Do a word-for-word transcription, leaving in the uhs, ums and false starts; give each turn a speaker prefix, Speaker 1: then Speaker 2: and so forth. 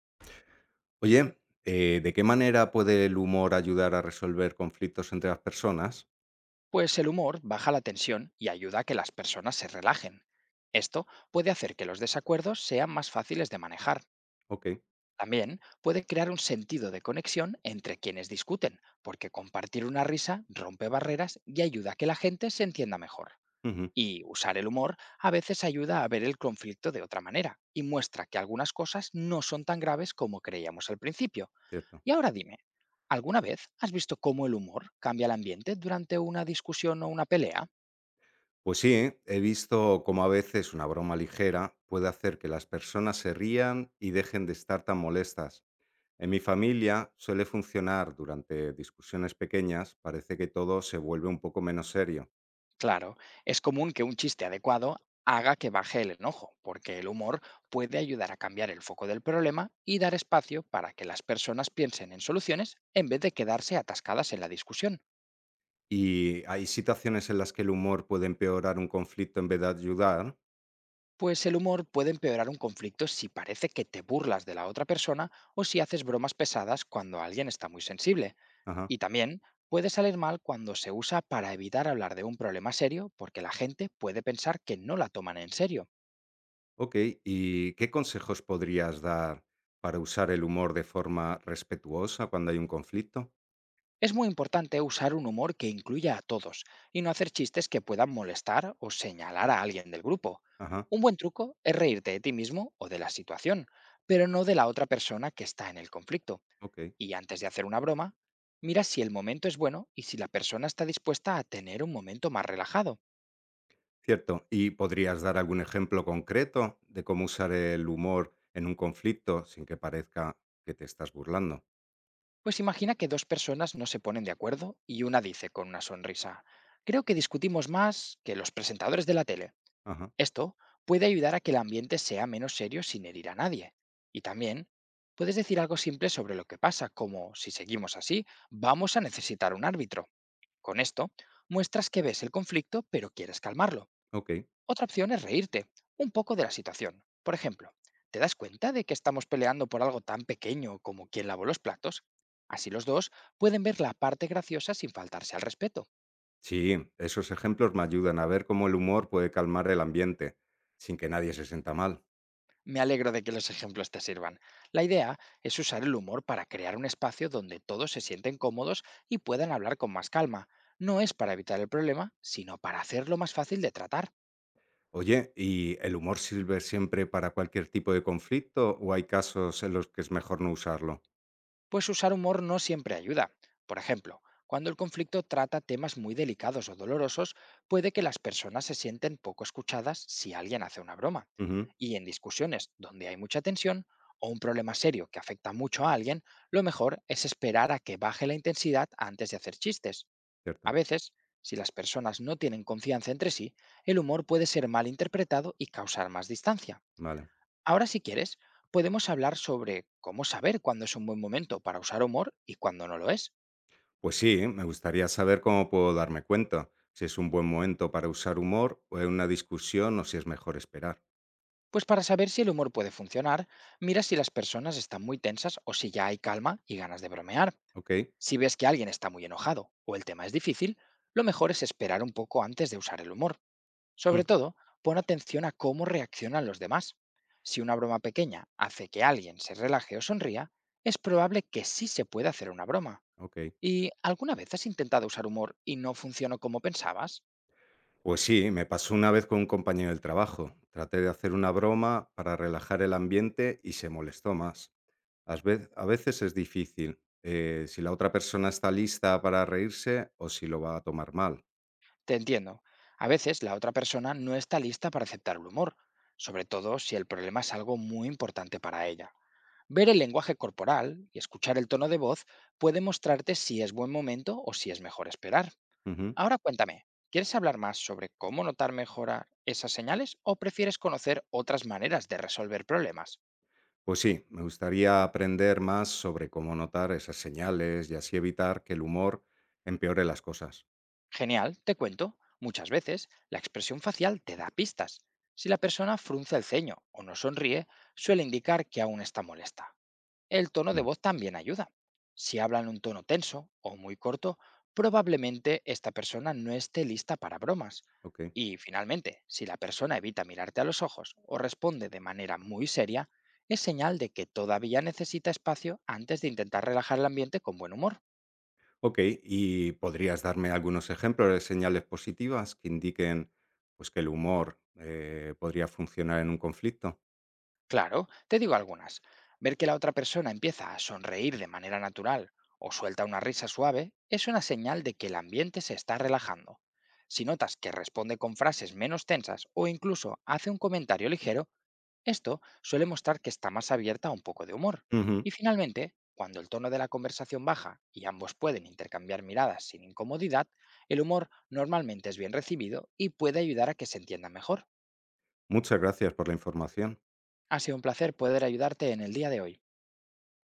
Speaker 1: Oye, eh, ¿de qué manera puede el humor ayudar a resolver conflictos entre las personas?
Speaker 2: Pues el humor baja la tensión y ayuda a que las personas se relajen. Esto puede hacer que los desacuerdos sean más fáciles de manejar.
Speaker 1: Ok,
Speaker 2: También puede crear un sentido de conexión entre quienes discuten, porque compartir una risa rompe barreras y ayuda a que la gente se entienda mejor.
Speaker 1: ujú,
Speaker 2: Y usar el humor a veces ayuda a ver el conflicto de otra manera y muestra que algunas cosas no son tan graves como creíamos al principio.
Speaker 1: cierto.
Speaker 2: Y ahora dime, ¿alguna vez has visto cómo el humor cambia el ambiente durante una discusión o una pelea?
Speaker 1: Pues sí, ¿eh? he visto cómo a veces una broma ligera puede hacer que las personas se rían y dejen de estar tan molestas. En mi familia suele funcionar durante discusiones pequeñas, parece que todo se vuelve un poco menos serio.
Speaker 2: Claro, es común que un chiste adecuado haga que baje el enojo, porque el humor puede ayudar a cambiar el foco del problema y dar espacio para que las personas piensen en soluciones en vez de quedarse atascadas en la discusión.
Speaker 1: ¿Y hay situaciones en las que el humor puede empeorar un conflicto en vez de ayudar?
Speaker 2: Pues el humor puede empeorar un conflicto si parece que te burlas de la otra persona o si haces bromas pesadas cuando alguien está muy sensible.
Speaker 1: Ajá.
Speaker 2: Y también puede salir mal cuando se usa para evitar hablar de un problema serio, porque la gente puede pensar que no la toman en serio.
Speaker 1: Okey, ¿y qué consejos podrías dar para usar el humor de forma respetuosa cuando hay un conflicto?
Speaker 2: Es muy importante usar un humor que incluya a todos y no hacer chistes que puedan molestar o señalar a alguien del grupo.
Speaker 1: Ajá,
Speaker 2: Un buen truco es reírte de ti mismo o de la situación, pero no de la otra persona que está en el conflicto.
Speaker 1: okey,
Speaker 2: Y antes de hacer una broma, mira si el momento es bueno y si la persona está dispuesta a tener un momento más relajado.
Speaker 1: cierto. ¿Y podrías dar algún ejemplo concreto de cómo usar el humor en un conflicto sin que parezca que te estás burlando?
Speaker 2: Pues imagina que dos personas no se ponen de acuerdo y una dice con una sonrisa, creo que discutimos más que los presentadores de la tele.
Speaker 1: Ajá,
Speaker 2: Esto puede ayudar a que el ambiente sea menos serio sin herir a nadie. Y también puedes decir algo simple sobre lo que pasa, como si seguimos así, vamos a necesitar un árbitro. Con esto, muestras que ves el conflicto pero quieres calmarlo.
Speaker 1: okey.
Speaker 2: Otra opción es reírte un poco de la situación. Por ejemplo, ¿te das cuenta de que estamos peleando por algo tan pequeño como quién lavó los platos? Así los dos pueden ver la parte graciosa sin faltarse al respeto.
Speaker 1: Sí, esos ejemplos me ayudan a ver cómo el humor puede calmar el ambiente sin que nadie se sienta mal.
Speaker 2: Me alegro de que los ejemplos te sirvan. La idea es usar el humor para crear un espacio donde todos se sienten cómodos y puedan hablar con más calma. No es para evitar el problema, sino para hacerlo más fácil de tratar.
Speaker 1: Oye, ¿y el humor sirve siempre para cualquier tipo de conflicto o hay casos en los que es mejor no usarlo?
Speaker 2: Pues usar humor no siempre ayuda. Por ejemplo, cuando el conflicto trata temas muy delicados o dolorosos, puede que las personas se sienten poco escuchadas si alguien hace una broma. Y en discusiones donde hay mucha tensión o un problema serio que afecta mucho a alguien, lo mejor es esperar a que baje la intensidad antes de hacer chistes. A
Speaker 1: Cierto,
Speaker 2: veces, si las personas no tienen confianza entre sí, el humor puede ser mal interpretado y causar más distancia.
Speaker 1: vale.
Speaker 2: Ahora, si quieres, podemos hablar sobre cómo saber cuándo es un buen momento para usar humor y cuándo no lo es.
Speaker 1: Pues sí, me gustaría saber cómo puedo darme cuenta, si es un buen momento para usar humor o en una discusión o si es mejor esperar.
Speaker 2: Pues para saber si el humor puede funcionar, mira si las personas están muy tensas o si ya hay calma y ganas de bromear.
Speaker 1: Ok,
Speaker 2: Si ves que alguien está muy enojado o el tema es difícil, lo mejor es esperar un poco antes de usar el humor.
Speaker 1: mm,
Speaker 2: Sobre todo, pon atención a cómo reaccionan los demás. Si una broma pequeña hace que alguien se relaje o sonría, es probable que sí se pueda hacer una broma.
Speaker 1: ok.
Speaker 2: ¿Y alguna vez has intentado usar humor y no funcionó como pensabas?
Speaker 1: Pues sí, me pasó una vez con un compañero del trabajo. Traté de hacer una broma para relajar el ambiente y se molestó más. As vez- A veces es difícil, eh, si la otra persona está lista para reírse o si lo va a tomar mal.
Speaker 2: Te entiendo. A veces la otra persona no está lista para aceptar el humor, sobre todo si el problema es algo muy importante para ella. Ver el lenguaje corporal y escuchar el tono de voz puede mostrarte si es buen momento o si es mejor esperar. Ahora cuéntame, ¿quieres hablar más sobre cómo notar mejor esas señales o prefieres conocer otras maneras de resolver problemas?
Speaker 1: Pues sí, me gustaría aprender más sobre cómo notar esas señales y así evitar que el humor empeore las cosas.
Speaker 2: Genial, te cuento. Muchas veces la expresión facial te da pistas. Si la persona frunce el ceño o no sonríe, suele indicar que aún está molesta. El tono de
Speaker 1: Mm.
Speaker 2: voz también ayuda. Si habla en un tono tenso o muy corto, probablemente esta persona no esté lista para bromas.
Speaker 1: Ok.
Speaker 2: Y finalmente, si la persona evita mirarte a los ojos o responde de manera muy seria, es señal de que todavía necesita espacio antes de intentar relajar el ambiente con buen humor.
Speaker 1: Ok, ¿y podrías darme algunos ejemplos de señales positivas que indiquen, pues, que el humor, eh, podría funcionar en un conflicto?
Speaker 2: Claro, te digo algunas. Ver que la otra persona empieza a sonreír de manera natural o suelta una risa suave es una señal de que el ambiente se está relajando. Si notas que responde con frases menos tensas o incluso hace un comentario ligero, esto suele mostrar que está más abierta a un poco de humor. Y
Speaker 1: Ujú.
Speaker 2: finalmente, cuando el tono de la conversación baja y ambos pueden intercambiar miradas sin incomodidad, el humor normalmente es bien recibido y puede ayudar a que se entienda mejor.
Speaker 1: Muchas gracias por la información.
Speaker 2: Ha sido un placer poder ayudarte en el día de hoy.